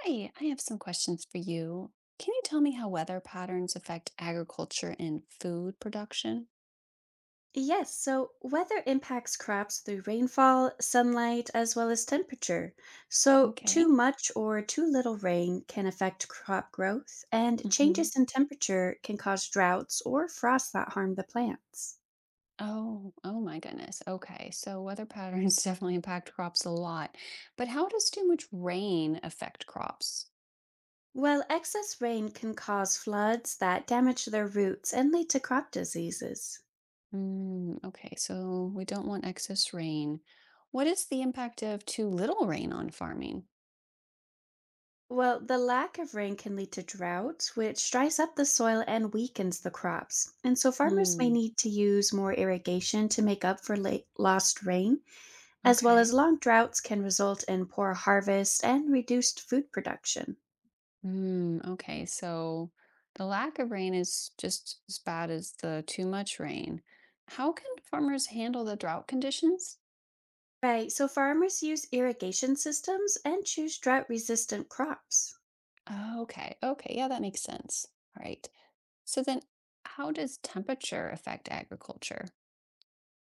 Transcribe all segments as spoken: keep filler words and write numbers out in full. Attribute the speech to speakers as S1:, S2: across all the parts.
S1: Hi, I have some questions for you. Can you tell me how weather patterns affect agriculture and food production?
S2: Yes, so weather impacts crops through rainfall, sunlight, as well as temperature. So, too
S1: Okay.
S2: much or too little rain can affect crop growth, and
S1: Hmm.
S2: changes in temperature can cause droughts or frosts that harm the plants.
S1: Oh, oh my goodness. Okay. So weather patterns definitely impact crops a lot. But how does too much rain affect crops?
S2: Well, excess rain can cause floods that damage their roots and lead to crop diseases.
S1: Mm, okay. So we don't want excess rain. What is the impact of too little rain on farming?
S2: Well, the lack of rain can lead to droughts, which dries up the soil and weakens the crops. And so farmers may
S1: Hmm.
S2: need to use more irrigation to make up for late lost rain, as well as
S1: Okay.
S2: long droughts can result in poor harvest and reduced food production.
S1: Mm, okay, so the lack of rain is just as bad as the too much rain. How can farmers handle the drought conditions?
S2: Right, so farmers use irrigation systems and choose drought resistant crops.
S1: Oh, okay, okay, yeah, that makes sense. All right. So then, how does temperature affect agriculture?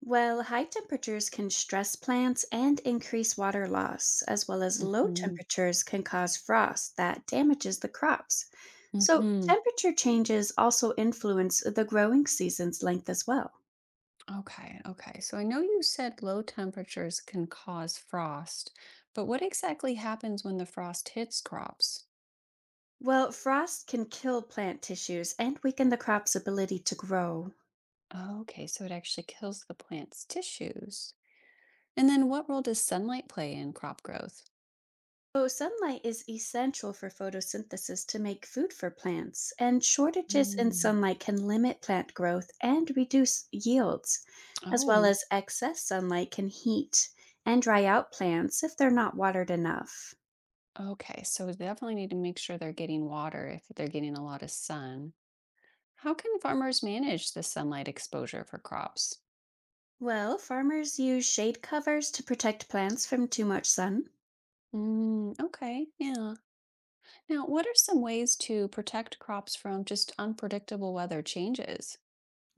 S2: Well, high temperatures can stress plants and increase water loss, as well as low
S1: Mm-hmm.
S2: temperatures can cause frost that damages the crops. So,
S1: Mm-hmm.
S2: temperature changes also influence the growing season's length as well.
S1: Okay, okay. So I know you said low temperatures can cause frost, but what exactly happens when the frost hits crops?
S2: Well, frost can kill plant tissues and weaken the crop's ability to grow.
S1: Oh, okay, so it actually kills the plant's tissues. And then what role does sunlight play in crop growth?
S2: So, sunlight is essential for photosynthesis to make food for plants, and shortages in
S1: Mm.
S2: sunlight can limit plant growth and reduce yields, as well
S1: Oh,
S2: as excess sunlight can heat and dry out plants if they're not watered enough.
S1: okay. So we definitely need to make sure they're getting water if they're getting a lot of sun. How can farmers manage the sunlight exposure for crops?
S2: Well, farmers use shade covers to protect plants from too much sun.
S1: Mm, okay, yeah. Now, what are some ways to protect crops from just unpredictable weather changes?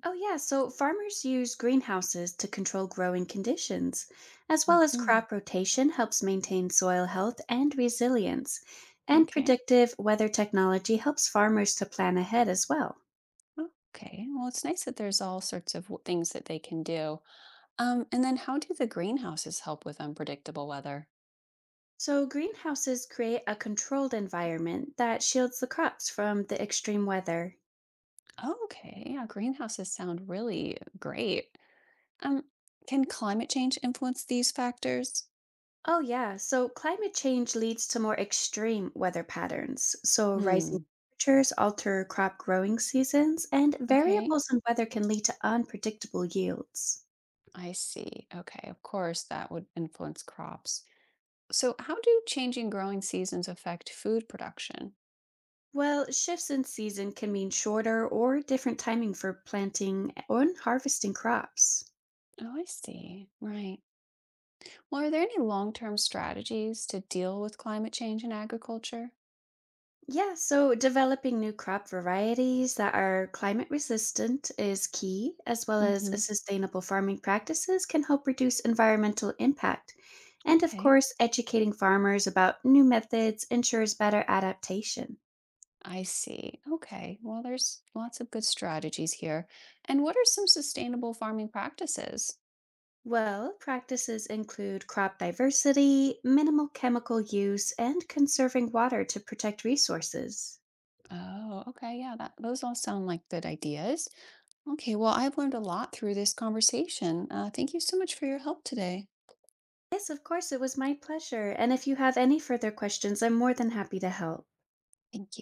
S2: Oh, yeah. So farmers use greenhouses to control growing conditions, as well as
S1: Hmm.
S2: crop rotation helps maintain soil health and resilience. And
S1: Okay.
S2: predictive weather technology helps farmers to plan ahead as well.
S1: Okay. Well, it's nice that there's all sorts of w- things that they can do. Um, and then how do the greenhouses help with unpredictable weather?
S2: So, greenhouses create a controlled environment that shields the crops from the extreme weather.
S1: Okay, yeah, greenhouses sound really great. Um, can climate change influence these factors?
S2: Oh, yeah. So climate change leads to more extreme weather patterns. So rising
S1: Hmm,
S2: temperatures alter crop growing seasons, and
S1: okay,
S2: variables in weather can lead to unpredictable yields.
S1: I see. Okay, of course, that would influence crops. So, how do changing growing seasons affect food production?
S2: Well, shifts in season can mean shorter or different timing for planting and harvesting crops.
S1: Oh, I see. Right. Well, are there any long term strategies to deal with climate change in agriculture?
S2: Yeah, so developing new crop varieties that are climate resistant is key, as well as a
S1: Mm-hmm.
S2: sustainable farming practices can help reduce environmental impact. And of
S1: Okay,
S2: course, educating farmers about new methods ensures better adaptation.
S1: I see. Okay, well, there's lots of good strategies here. And what are some sustainable farming practices?
S2: Well, practices include crop diversity, minimal chemical use, and conserving water to protect resources.
S1: Oh, okay. Yeah, that those all sound like good ideas. Okay, well, I've learned a lot through this conversation. Uh, thank you so much for your help today.
S2: Yes, of course, it was my pleasure. And if you have any further questions, I'm more than happy to help.
S1: Thank you.